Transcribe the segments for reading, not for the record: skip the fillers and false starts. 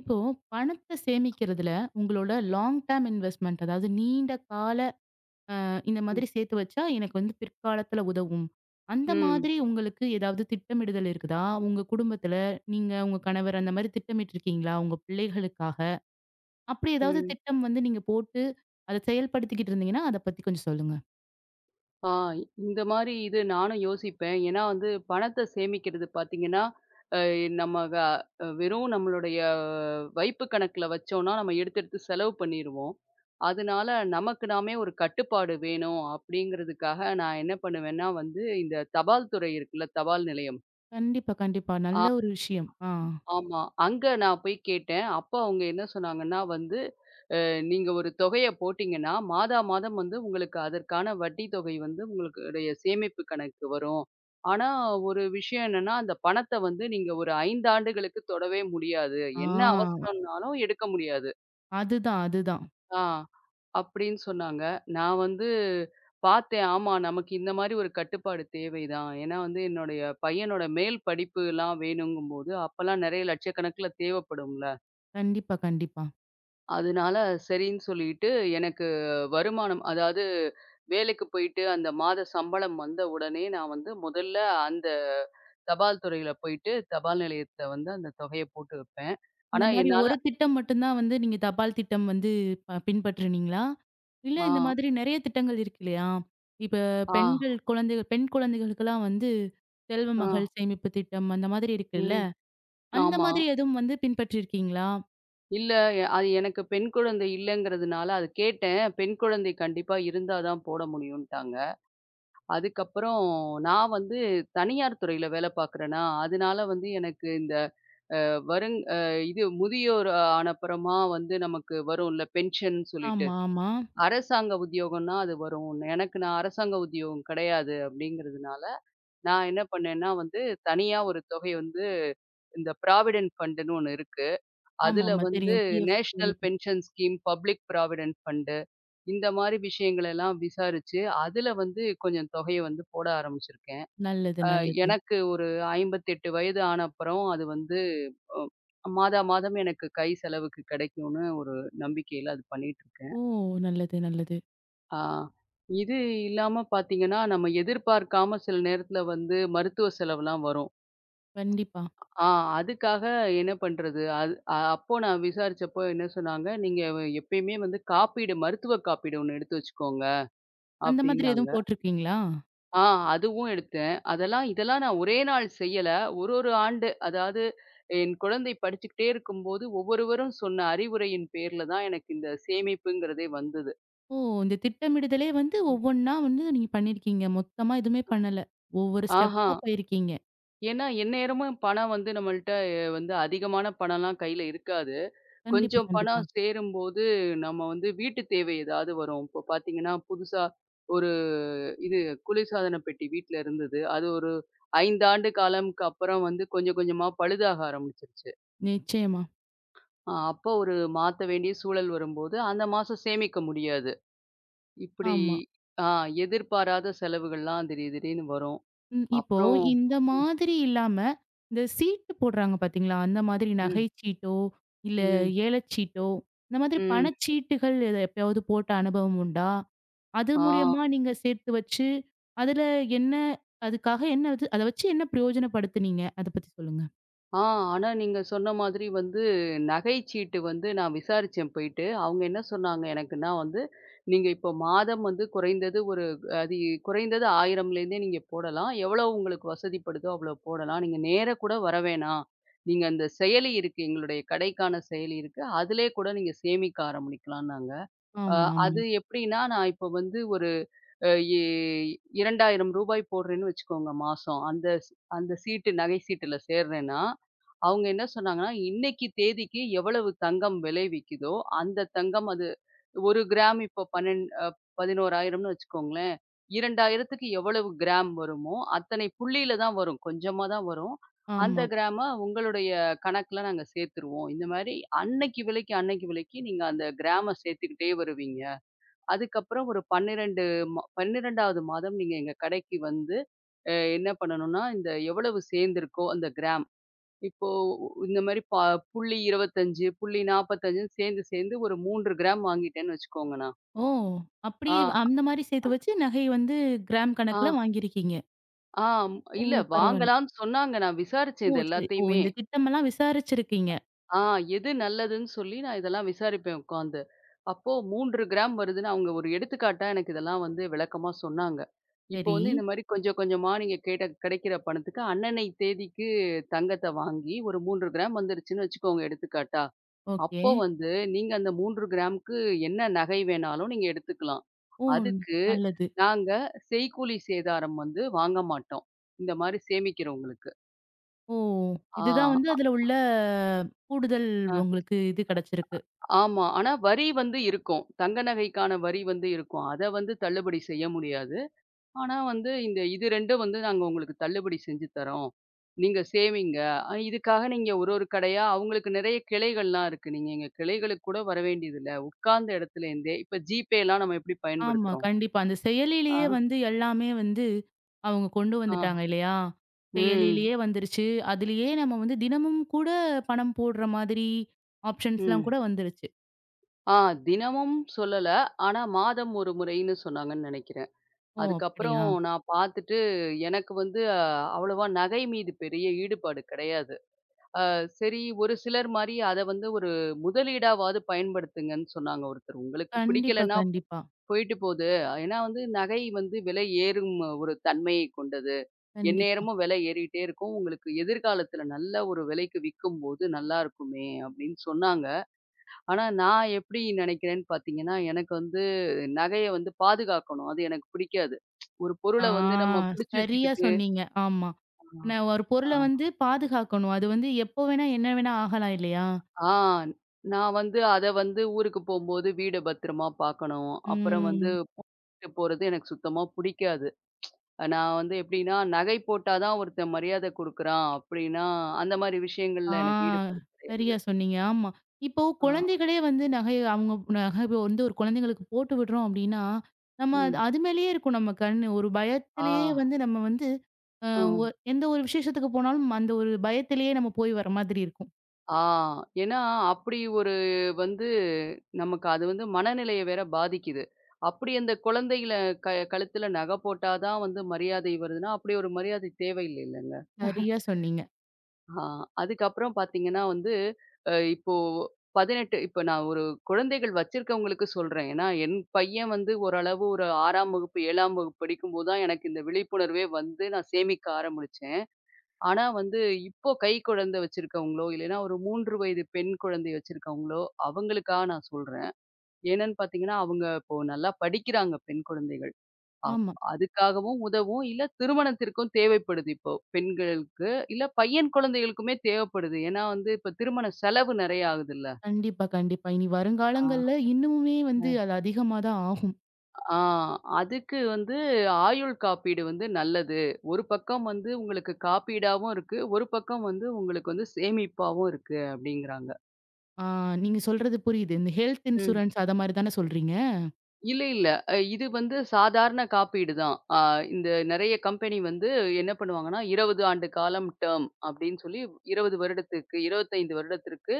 இப்போ பணத்த சேமிக்கிறதுல உங்களோட லாங் டேர்ம் இன்வெஸ்ட்மென்ட் அதாவது நீண்ட கால இந்த ம். மாதிரி சேர்த்து வச்சா எனக்கு வந்து பிற்காலத்துல உதவும். அந்த ம். மாதிரி உங்களுக்கு ஏதாவது திட்டமிடுதல் இருக்குதா? உங்க குடும்பத்துல நீங்க, உங்க கணவர் அந்த மாதிரி திட்டமிட்டுருக்கீங்களா? உங்க பிள்ளைகளுக்காக? அப்படி ஏதாவது ம். திட்டம் வந்து நீங்க போட்டு அத செயல்படுத்திக்கிட்டு இருந்தீங்கன்னா, அத பத்தி கொஞ்சம் சொல்லுங்க. ஆ இந்த மாரி இது நானும் யோசிப்பேன். ஏன்னா வந்து பணத்த சேமிக்கிறது பார்த்தீங்கன்னா, அ நம்ம க வெறும் நம்மளுடைய வைப்பு கணக்குல வச்சோம்னா, நம்ம எடுத்து எடுத்து செலவு பண்ணிருவோம். அதனால நமக்கு நாமே ஒரு கட்டுப்பாடு வேணும் அப்படிங்கிறதுக்காக நான் என்ன பண்ணுவேன்னா வந்து, இந்த தபால் துறை இருக்குல்ல, தபால் நிலையம். கண்டிப்பா, கண்டிப்பா. நல்ல ஒரு விஷயம். ஆ. ஆமா. அங்க நான் போய் கேட்டேன். அப்ப அவங்க என்ன சொன்னாங்கன்னா வந்து, அ நீங்க ஒரு தொகைய போட்டீங்கன்னா, மாதா மாதம் வந்து உங்களுக்கு அதற்கான வட்டி தொகை வந்து உங்களுடைய சேமிப்பு கணக்கு வரும். ஆனா, ஒரு விஷயம் என்னன்னா, அந்த பணத்த வந்து நீங்க ஒரு 5 ஆண்டுகளுக்கு தொடவே முடியாது. என்ன ஆ. அவசரம்னாலும் எடுக்க முடியாது. அதுதான், அதுதான். ஆ. அப்படின்னு சொன்னாங்க. நான் வந்து பார்த்தேன். ஆமா, நமக்கு இந்த மாரி ஒரு கட்டுப்பாடு தேவைதான். ஏன்னா வந்து என்னுடைய பையனோட மேல் படிப்புலாம் வேணுங்கும்போது, அப்பலாம் நெறைய லட்சக்கணக்குல தேவைப்படும்ல. கண்டிப்பா, கண்டிப்பா. அதனால சரின்னு சொல்லிட்டு எனக்கு வருமானம் அதாவது வேலைக்கு போயிட்டு அந்த மாத சம்பளம் வந்த உடனே நான் வந்து முதல்ல அந்த தபால் துறையில போயிட்டு தபால் நிலையத்துல வந்து அந்த தொகைய போட்டு வைப்பேன். ஆனா இந்த மாரி என்னால. ஒரு திட்டம் மட்டும் தான் வந்து நீங்க தபால் திட்டம் வந்து பின்பற்றுனீங்களா? இல்ல ஆ, இந்த மாதிரி நெறைய திட்டங்கள் இருக்கு இல்லையா? இப்ப ஆ, பெண்கள் குழந்தைகள் பெண் குழந்தைகளுக்கெல்லாம் வந்து செல்வ ஆ. மகள் சேமிப்பு திட்டம் அந்த மாதிரி இருக்குல்ல. ம். அந்த ஆமா. மாதிரி எதுவும் வந்து பின்பற்றியிருக்கீங்களா? இல்ல. அது எனக்கு பெண் குழந்தை இல்லங்கிறதுனால அது கேட்டேன். பெண் குழந்தை கண்டிப்பா இருந்தா தான் போட முடியும்ட்டாங்க. அதுக்கப்புறம் நான் வந்து தனியார் துறையில வேலை பார்க்குறேனா, அதனால வந்து எனக்கு இந்த வருங் அ இது முதியோர் ஆனப்புறமா வந்து நமக்கு வரும்ல பென்ஷன்னு சொல்லிட்டு. ஆமா, ஆமா. அரசாங்க உத்தியோகம்னா அது வரும். எனக்கு நான் அரசாங்க உத்தியோகம் கிடையாது அப்படிங்கிறதுனால, நான் என்ன பண்ணேன்னா வந்து தனியா ஒரு தொகை வந்து இந்த ப்ராவிடென்ட் ஃபண்டுன்னு ஒண்ணு இருக்கு. அதுல ஆமாமா வந்து தெரியும். பிஎஃப் நேஷனல் கேள்விப்பட் pension scheme, public provident fund இந்த மாரி விஷயங்கள் எல்லாம் விசாரிச்சு, அதுல வந்து கொஞ்சம் தொகைய வந்து போட ஆரம்பிச்சிருக்கேன். நல்லது, அ நல்லது. எனக்கு ஒரு 58 வயது ஆன அப்புறம் அது வந்து மாதா மாதம் எனக்கு கை செலவுக்கு கிடைக்கும்னு ஒரு நம்பிக்கையில அது பண்ணிட்டுருக்கேன். ஓ! நல்லது, நல்லது. ஆ இது இல்லாம பார்த்தீங்கன்னா, நம்ம எதிர்பார்க்காம சில நேரத்துல வந்து மருத்துவ செலவுலாம் வரும். கண்டிப்பா. ஆ அதுக்காக என்ன பண்றது? அது அப்போ நான் விசாரிச்சப்போ என்ன சொன்னாங்க, "நீங்க எப்பயுமே வந்து காப்பீடு மருத்துவ காப்பீடு ஒண்ணு எடுத்து வச்சுக்கோங்க" அந்த மாதிரி அப்டின்னாங்க. எதுவும் போட்டிருக்கீங்களா? ஆ அதுவும் எடுத்தேன். அதெல்லாம் இதெல்லாம் நான் ஒரே நாள் செய்யல. ஒரு ஒரு ஆண்டு அதாவது என் குழந்தை படிச்சுக்கிட்டே இருக்கும்போது, ஒவ்வொருவரும் சொன்ன அறிவுரையின் பேர்ல தான் எனக்கு இந்த சேமிப்புங்கிறதே வந்தது. ஓ! இந்த திட்டமிடுதலே வந்து ஒவ்வொன்னா வந்து நீங்க பண்ணியிருக்கீங்க. மொத்தமா எதுவுமே பண்ணல. ஒவ்வொரு ஆஹா! ஸ்டெப்பா போயிருக்கீங்க. ஏன்னா எந்நேரமும் பணம் வந்து நம்மள்ட்ட வந்து அதிகமான பணம்லாம் கையில இருக்காது. கண்டிப்பா, கொஞ்சம் கண்டிப்பா. பணம் சேரும்போது, நம்ம வந்து வீட்டு தேவை ஏதாவது வரும். இப்போ பார்த்தீங்கன்னா, புதுசா ஒரு இது குளிர்சாதன பெட்டி வீட்ல இருந்தது. அது ஒரு 5 ஆண்டு காலம்க்கு அப்புறம் வந்து கொஞ்சம் கொஞ்சமா பழுதாக ஆரம்பிச்சுருச்சு. நிச்சயமா. அப்போ ஒரு மாத்த வேண்டிய சூழல் வரும்போது, அந்த மாசம் சேமிக்க முடியாது. இப்படி ஆமா. ஆ எதிர்பாராத செலவுகள்லாம் திடீர் திடீர்னு வரும். ம். இப்போ அப்புறம். இந்த ம், மாதிரி இல்லாம, இந்த சீட்டு போடுறாங்க பார்த்தீங்களா? அந்த மாதிரி ம், நகைச்சீட்டோ, இல்ல ம், ஏலச்சீட்டோ, இந்த மாதிரி ம். பணச்சீட்டுகள் எத எப்பயாவது போட்ட அனுபவம் உண்டா? அது ஆ. மூலியமா நீங்க சேர்த்து வச்சு, அதுல என்ன அதுக்காக என்ன அது அத வச்சு என்ன பிரயோஜனப்படுத்துனீங்க? அத பத்தி சொல்லுங்க. ஆ, ஆனா நீங்க சொன்ன மாதிரி வந்து நகைச்சீட்டு வந்து நான் விசாரிச்சேன் போயிட்டு. அவங்க என்ன சொன்னாங்க எனக்குன்னா வந்து, "நீங்க இப்போ மாதம் வந்து குறைந்தது ஒரு அது குறைந்தது 1000லேருந்தே நீங்க போடலாம். எவ்வளோ உங்களுக்கு வசதிப்படுதோ அவ்வளோ போடலாம். நீங்க நேரா கூட வர வேணாம். நீங்க அந்த செயலி இருக்கு. எங்களுடைய கடைக்கான செயலி இருக்கு. அதிலே கூட நீங்க சேமிக்க ஆரம்பிக்கலாம்ன்னாங்க." அ ஆமா, ஆமா. அது எப்படின்னா, நான் இப்போ வந்து ஒரு அ இ ரூ. 2000 போடுறேன்னு வச்சுக்கோங்க மாசம். அந்த சீட்டு நகை சீட்டுல சேர்றேன்னா, அவங்க என்ன சொன்னாங்கன்னா, இன்னைக்கு தேதிக்கு எவ்வளவு தங்கம் விலை விக்குதோ, அந்த தங்கம் அது 1 கிராம் இப்போ பன்னெண் அ 11,000ன்னு வச்சுக்கோங்களேன். 2,000க்கு எவ்வளவு கிராம் வருமோ, அத்தனை புள்ளியில தான் வரும். கொஞ்சமா தான் வரும். அந்த ஆமா. கிராம உங்களுடைய கணக்குல நாங்க சேர்த்துருவோம். இந்த மாரி அன்னைக்கு விலைக்கு, அன்னைக்கு விலைக்கு நீங்க அந்த கிராம சேர்த்துக்கிட்டே வருவீங்க. அதுக்கப்புறம் ஒரு 12 மா 12வது மாதம் நீங்க எங்க கடைக்கு வந்து, என்ன பண்ணணும்னா, இந்த எவ்வளவு சேர்ந்திருக்கோ அந்த கிராம். இப்போ இந்த மாரி புள்ளி 25, புள்ளி 45ன்னு சேர்ந்து சேர்ந்து ஒரு 3 கிராம் வாங்கிட்டேன்னு வச்சுக்கோங்க நான். ஓ! ஆ, அப்படியே அந்த மாரி சேர்த்து வச்சு நகை வந்து கிராம் ஆ, கணக்குல வாங்கியிருக்கீங்க. ஆ. ம். ஓ! இல்ல பரவால்ல. வாங்கலாம்ன்னு சொன்னாங்க. நான் விசாரிச்சேன் ஓ! இது சரி. ஓ! எல்லாத்தையுமே. இந்த திட்டமெல்லாம் விசாரிச்சிருக்கீங்க. ஆ எது நல்லதுன்னு சொல்லி நான் இதெல்லாம் விசாரிப்பேன் உட்காந்து. அப்போ 3 கிராம் வருதுன்னு அவங்க ஒரு எடுத்துக்காட்டா எனக்கு இதெல்லாம் வந்து விளக்கமா சொன்னாங்க. இப்போ சரி. வந்து இந்த மாரி கொஞ்சம் கொஞ்சமா நீங்க கேட்ட கிடைக்கிற பணத்துக்கு அன்னனை தேதிக்கு தங்கத்த வாங்கி ஒரு 3 கிராம் வந்துருச்சுன்னு வச்சுக்கோங்க எடுத்துக்காட்டா. ஓகே. அப்போ வந்து நீங்க அந்த 3 கிராமுக்கு என்ன நகை வேணாலும் நீங்க எடுத்துக்கலாம். ஓ! அதுக்கு நல்லது. நாங்க செய்கூலி சேதாரம் வந்து வாங்க மாட்டோம். இந்த மாரி சேமிக்கிறவங்களுக்கு. ஓ! ஆ. இதுதான் வந்து அதுல உள்ள கூடுதல் அ உங்களுக்கு இது கிடைச்சிருக்கு. ஆமா. ஆனா வரி வந்து இருக்கும். தங்க நகைக்கான வரி வந்து இருக்கும். அத வந்து தள்ளுபடி செய்ய முடியாது. ஆனா வந்து இந்த இது 2ம் வந்து நாங்க உங்களுக்கு தள்ளுபடி செஞ்சு தர்றோம். நீங்க சேவிங்க. இதுக்காக நீங்க ஒரு ஒரு கடையா அவங்களுக்கு நெறைய கிளைகள்லாம் இருக்கு. நீங்க எங்க கிளைகளுக்கு கூட வர வேண்டியதில்ல. உட்கார்ந்த இடத்துல இருந்தே இப்ப ஜிபேலாம் நம்ம எப்படி ஆமா, பயன்படுத்துறோம்? கண்டிப்பா. அந்த செயலிலேயே ஆ, வந்து எல்லாமே வந்து அவங்க கொண்டு ஆ. வந்துட்டாங்க இல்லையா? ம், செயலிலேயே வந்துருச்சு. அதுலயே நம்ம வந்து தினமும் கூட பணம் போடுற மாதிரி ஆப்ஷன்ஸ்லாம் ம். கூட வந்துருச்சு. ஆ தினமும் சொல்லல. ஆனா மாதம் ஒரு முறைன்னு சொன்னாங்கன்னு நெனைக்கிறேன். ஓ! அதுக்கப்புறம் அப்படியா? நான் பார்த்துட்டு, எனக்கு வந்து அவ்வளவா நகை மீது பெரிய ஈடுபாடு கிடையாது. சரி ஒரு சிலர் மாரி அத வந்து ஒரு முதலீடாவாவது பயன்படுத்துங்கன்னு சொன்னாங்க ஒருத்தர். உங்களுக்கு கண்டிப்பா, பிடிக்கலன்னா கண்டிப்பா, போயிட்டு போது. ஏன்னா வந்து நகை வந்து விலை ஏறும் ஒரு தன்மையை கொண்டது. கண்டிப்பா. எந்நேரமும் விலை ஏறிட்டே இருக்கும். உங்களுக்கு எதிர்காலத்தில நல்ல ஒரு விலைக்கு விக்கும்போது நல்லா இருக்குமே! அப்படின்னு சொன்னாங்க. ஆனா, நான் எப்படி நினைக்கிறேன்னு பார்த்தீங்கன்னா, எனக்கு வந்து நகைய வந்து பாதுகாக்கணும். அது எனக்கு பிடிக்காது. ஒரு பொருள ஆ வந்து நம்ம புடிச்சு சரியா வச்சுக்கிட்டு. சொன்னீங்க. ஆமா. நான் ஒரு ஆ, பொருள வந்து பாதுகாக்கணும். அது வந்து எப்போ வேணா, என்ன வேணா ஆகலாம் இல்லையா? ஆ. நான் வந்து அத வந்து ஊருக்கு போம்போது வீட பத்திரமா பார்க்கணும். அப்புறம் வந்து ம். விட்டு போறது எனக்கு சுத்தமா புடிக்காது. நான் வந்து எப்படின்னா, நகை போட்டா தான் ஒருத்தன் மரியாதை குடுக்குறான் அப்படின்னா, அந்த மாரி ஆ விஷயங்கள்ல எனக்கு ஈடுபாடு கிடையாது. சரியா சொன்னீங்க. ஆமா. இப்போ ஆ, குழந்தைகளே வந்து நகை அவங்க நகை வந்து ஒரு குழந்தைங்களுக்கு போட்டு விடுறோம் அப்படின்னா, நம்ம அது ம். அது மேலேயே இருக்கும் நம்ம கண்ணு. ஒரு ஆ, பயத்திலேயே வந்து நம்ம வந்து அ ஒ ம். எந்த ஒரு விசேஷத்துக்கு போனாலும் அந்த ஒரு பயத்திலேயே நம்ம போய் வர மாதிரி இருக்கும். ஆ. ஏன்னா, அப்படி ஒரு வந்து நமக்கு அது வந்து மனநிலைய வேற பாதிக்குது. அப்படி அந்த குழந்தைகள கழுத்துல நகை போட்டா தான் வந்து மரியாதை வருதுன்னா, அப்படி ஒரு மரியாதை தேவையில்லைல்லங்க. சரியா சொன்னீங்க. ஆ அதுக்கப்புறம் பார்த்தீங்கன்னா வந்து, அ இப்போ 18 இப்ப நான் ஒரு குழந்தைகள் வச்சிருக்கவங்களுக்கு சொல்றேன். ஏன்னா, என் பையன் வந்து ஓரளவு ஒரு 6ஆம் வகுப்பு, 7ஆம் வகுப்பு படிக்கும்போது தான் எனக்கு இந்த விழிப்புணர்வே வந்து நான் சேமிக்க ஆரம்பிச்சேன். ஆனா வந்து இப்போ கைக்குழந்தை வச்சிருக்கவங்களோ, இல்லைன்னா ஒரு 3 வயது பெண் குழந்தை வச்சிருக்கவங்களோ, அவங்களுக்காக நான் சொல்றேன். ஏன்னன்னு பார்த்தீங்கன்னா, அவங்க இப்போ நல்லா படிக்கிறாங்க பெண் குழந்தைகள். அப் ஆமா. அதுக்காகவும் உதவும். இல்ல திருமணத்திற்கும் தேவைப்படுது இப்போ பெண்களுக்கு. இல்ல பையன் குழந்தைகளுக்குமே தேவைப்படுது. ஏன்னா வந்து இப்ப திருமண செலவு நெறைய ஆகுதுல்ல. கண்டிப்பா, கண்டிப்பா. இனி ஆ. வருங்காலங்கள்ல இன்னமுமே ஆ. வந்து அது அதிகமா தான் ஆகும். ஆ அதுக்கு வந்து ஆயுள் காப்பீடு வந்து நல்லது. ஒரு பக்கம் வந்து உங்களுக்கு காப்பீடாவும் இருக்கு. ஒரு பக்கம் வந்து உங்களுக்கு வந்து சேமிப்பாவும் இருக்கு அப்படிங்கிறாங்க. ஆ நீங்க சொல்றது புரியுது. இந்த ஹெல்த் இன்சூரன்ஸ் அத மாரி தானே சொல்றீங்க? இல்ல, இல்ல. இது வந்து சாதாரண காப்பீடு தான். இந்த நெறைய கம்பெனி வந்து என்ன பண்ணுவாங்கன்னா, 20 ஆண்டு காலம் டெர்ம் அப்படின்னு சொல்லி 20 வருடத்திற்கு 25 வருடத்திற்கு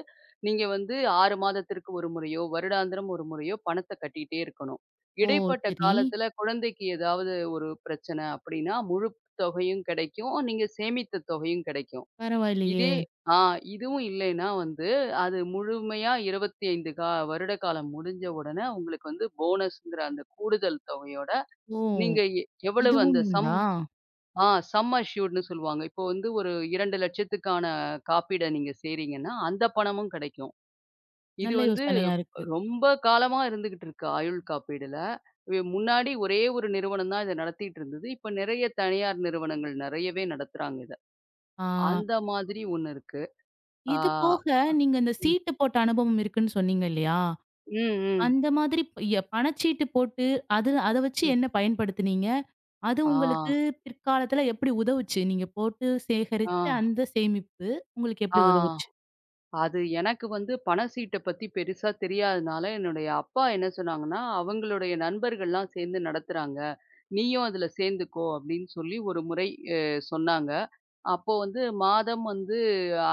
நீங்க வந்து 6 மாதத்திற்கு ஒரு முறையோ, வருடாந்திரம் ஒரு முறையோ பணத்த கட்டிட்டே இருக்கணும். ஓ! இடைப்பட்ட சரி. காலத்துல குழந்தைக்கு ஏதாவது ஒரு பிரச்சனை அப்படின்னா, முழு தொகையும் கிடைக்கும். நீங்க சேமித்த தொகையும் கிடைக்கும். இதே. பரவாயில்லையே! ஆ இதுவும் இல்லைன்னா வந்து, அது முழுமையா 25 வருட காலம் முடிஞ்ச உடனே உங்களுக்கு வந்து போனஸ்ங்கிற அந்த கூடுதல் தொகையோட, ஓ! நீங்க எவ்வளவு அந்த இதுவும் உண்டா? ஆ சம் அஷ்யூர்ட்ன்னு சொல்லுவாங்க. இப்போ வந்து ஒரு 2,00,000த்துக்கான காப்பீட நீங்க செய்றீங்கன்னா, அந்த பணமும் கிடைக்கும். இது நல்ல வந்து யோசனையா இருக்கு. ரொம்ப காலமா இருந்துகிட்டு இருக்கு ஆயுள் காப்பீடுல. முன்னாடி ஒரே ஒரு நிறுவனம் தான் இத நடத்திட்டு இருந்தது. இப்ப நிறைய தனியார் நிறுவனங்கள் நிறையவே நடத்துறாங்க இத. ஆ அந்த மாதிரி ஒண்ணு இருக்கு. ஆ. இது போக நீங்க இந்த சீட்டு போட்ட அனுபவம் இருக்குன்னு சொன்னீங்க இல்லையா? ம், ம், அந்த மாதிரி ப- எ பணச்சீட்டு போட்டு அது அத வச்சு ம். என்ன பயன்படுத்துனீங்க? அது ஆ, உங்களுக்கு பிற்காலத்துல எப்படி உதவுச்சு? நீங்க போட்டு ஆ, சேகரிச்ச அந்த சேமிப்பு உங்களுக்கு ஆ. எப்படி உதவுச்சு? அது எனக்கு வந்து பண சீட்ட பத்தி பெருசா தெரியாதனால, என்னுடைய அப்பா என்ன சொன்னாங்கன்னா, அவங்களுடைய நண்பர்கள்லாம் சேர்ந்து நடத்துறாங்க. நீயும் அதுல சேர்ந்துக்கோ அப்படின்னு சொல்லி ஒரு முறை அ சொன்னாங்க. அப்போ வந்து மாதம் வந்து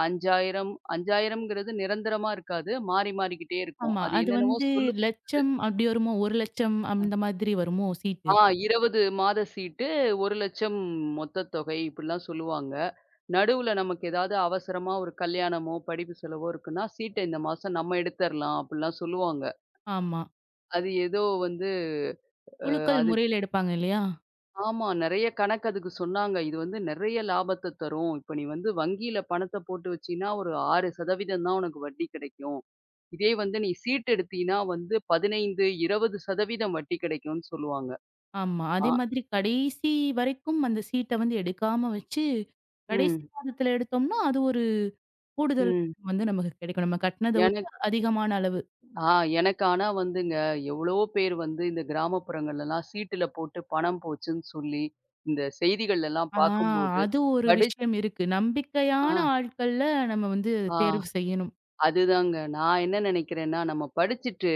5000 5000ங்கிறது நிரந்தரமா இருக்காது. மாறி மாறிக்கிட்டே இருக்கும். ஆமா. அது அது என்னென்னவோ வந்து சொல்லு. லட்சம் அப்படி வருமோ? 1,00,000 அந்த மாதிரி வருமோ சீட்டு? ஆ 20 மாத சீட்டு 1,00,000 மொத்த தொகை இப்படிலாம் சொல்லுவாங்க. நடுவுல நமக்கு ஏதாவது அவசரமா ஒரு கல்யாணமோ, படிப்பு செலவோ இருக்குன்னா, சீட்ட இந்த மாசம் நம்ம எடுத்தரலாம் அப்படிலாம் சொல்லுவாங்க. ஆமா. அது ஏதோ வந்து குலுக்கல் அது முறையில எடுப்பாங்க இல்லையா? ஆமா நெறைய கணக்கு அதுக்கு சொன்னாங்க. இது வந்து நெறைய லாபத்த தரும். இப்ப நீ வந்து வங்கியில பணத்த போட்டு வச்சீன்னா, ஒரு 6% தான் உனக்கு வட்டி கிடைக்கும். இதே வந்து நீ சீட் எடுத்தீன்னா வந்து 15, 20% வட்டி கிடைக்கும்னு சொல்லுவாங்க. ஆமா. அதே ஆ. மாதிரி கடைசி வரைக்கும் அந்த சீட்ட வந்து எடுக்காம வச்சு, கடைசி ம். மாதத்துல எடுத்தோம்னா, அது ஒரு கூடுதல் ம். வந்து நமக்கு கிடைக்கும். நம்ம கட்டினத விட ஏன்னா அதிகமான அளவு. ஆ எனக்கு ஆனா வந்துங்க, எவ்வளவோ பேர் வந்து இந்த கிராமப்புறங்கள்லலாம் சீட்டுல போட்டு பணம் போச்சுன்னு சொல்லி, இந்த செய்திகள்லலாம் ஆ பார்க்கும்போது, அது ஒரு படி விஷயம் இருக்கு. ஆ, நம்பிக்கையான ஆட்கள்ல நம்ம வந்து ஆ தேர்வு செய்யணும். அதுதாங்க. நான் என்ன நெனைக்கிறேன்னா, நம்ம படிச்சுட்டு,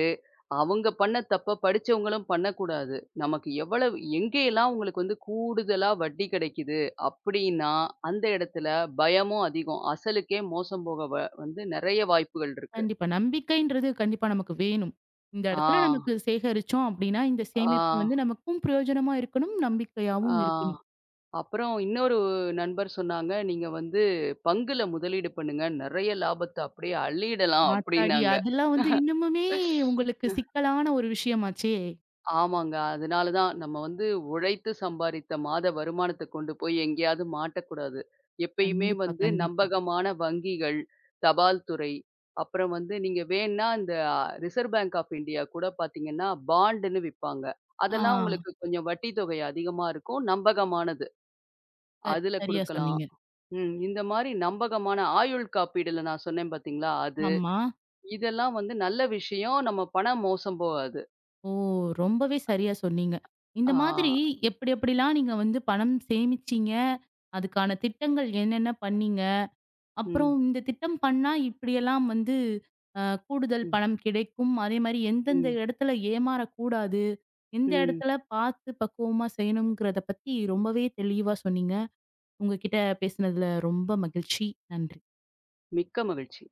அவங்க பண்ண தப்ப படிச்சவங்களும் பண்ணக்கூடாது. நமக்கு எவ்வளவு எங்கேயெல்லாம் உங்களுக்கு வந்து கூடுதலா வட்டி கிடைக்குது அப்படின்னா, அந்த இடத்துல பயமும் அதிகம். அசலுக்கே மோசம் போக வந்து நெறைய வாய்ப்புகள் இருக்கு. கண்டிப்பா. நம்பிக்கைன்றது கண்டிப்பா நமக்கு வேணும். இந்த ஆ, இடத்துல நமக்கு சேகரிச்சோம் அப்படின்னா, இந்த ஆ, சேமிப்பு வந்து நமக்கும் பிரயோஜனமா இருக்கணும், ஆ. நம்பிக்கையாவும் இருக்கணும். அப்புறம் இன்னொரு நண்பர் சொன்னாங்க, "நீங்க வந்து பங்குல முதலீடு பண்ணுங்க. நெறைய லாபத்த அப்படியே அள்ளிடலாம்" ஆத்தாடி! அப்படின்னாங்க. அதெல்லாம் வந்து இன்னமுமே உங்களுக்கு சிக்கலான ஒரு விஷயமாச்சே! ஆமாங்க. அதனால தான் நம்ம வந்து உழைத்து சம்பாரித்த மாத வருமானத்த கொண்டு போய் எங்கேயாவது மாட்டக்கூடாது. எப்பயுமே கண்டிப்பா, வந்து கண்டிப்பா. நம்பகமான வங்கிகள், தபால் துறை, அப்புறம் வந்து நீங்க வேண்ணா இந்த ரிசர்வ் பேங்க் ஆஃப் இந்தியா கூட பார்த்தீங்கன்னா, பாண்டுன்னு விப்பாங்க. ஆ அதெல்லாம் உங்களுக்கு கொஞ்சம் வட்டி தொகை அதிகமா இருக்கும். நம்பகமானது. ச அதுல சரியா குடுக்கலாம். சொன்னீங்க. ம். இந்த மாரி நம்பகமான ஆயுள் காப்பீடுல நான் சொன்னேன் பார்த்தீங்களா? அது. ஆமா. இதெல்லாம் வந்து நல்ல விஷயம். நம்ம பணம் மோசம் போகாது. ஓ! ரொம்பவே சரியா சொன்னீங்க. இந்த ஆ. மாதிரி எப்படி எப்படிலாம் நீங்க வந்து பணம் சேமிச்சீங்க? அதுக்கான திட்டங்கள் என்னென்ன பண்ணீங்க? அப்புறம் ம். இந்த திட்டம் பண்ணா இப்படியெல்லாம் வந்து கூடுதல் ம். பணம் கிடைக்கும். அதே மாரி எந்தெந்த ம். இடத்துல ஏமாறக்கூடாது? எந்த ம். இடத்துல பார்த்து பக்குவமா செய்யணுங்கிறத பத்தி ரொம்பவே தெளிவா சொன்னீங்க. உங்ககிட்ட பேசினதுல ரொம்ப மகிழ்ச்சி. நன்றி. மிக்க மகிழ்ச்சி.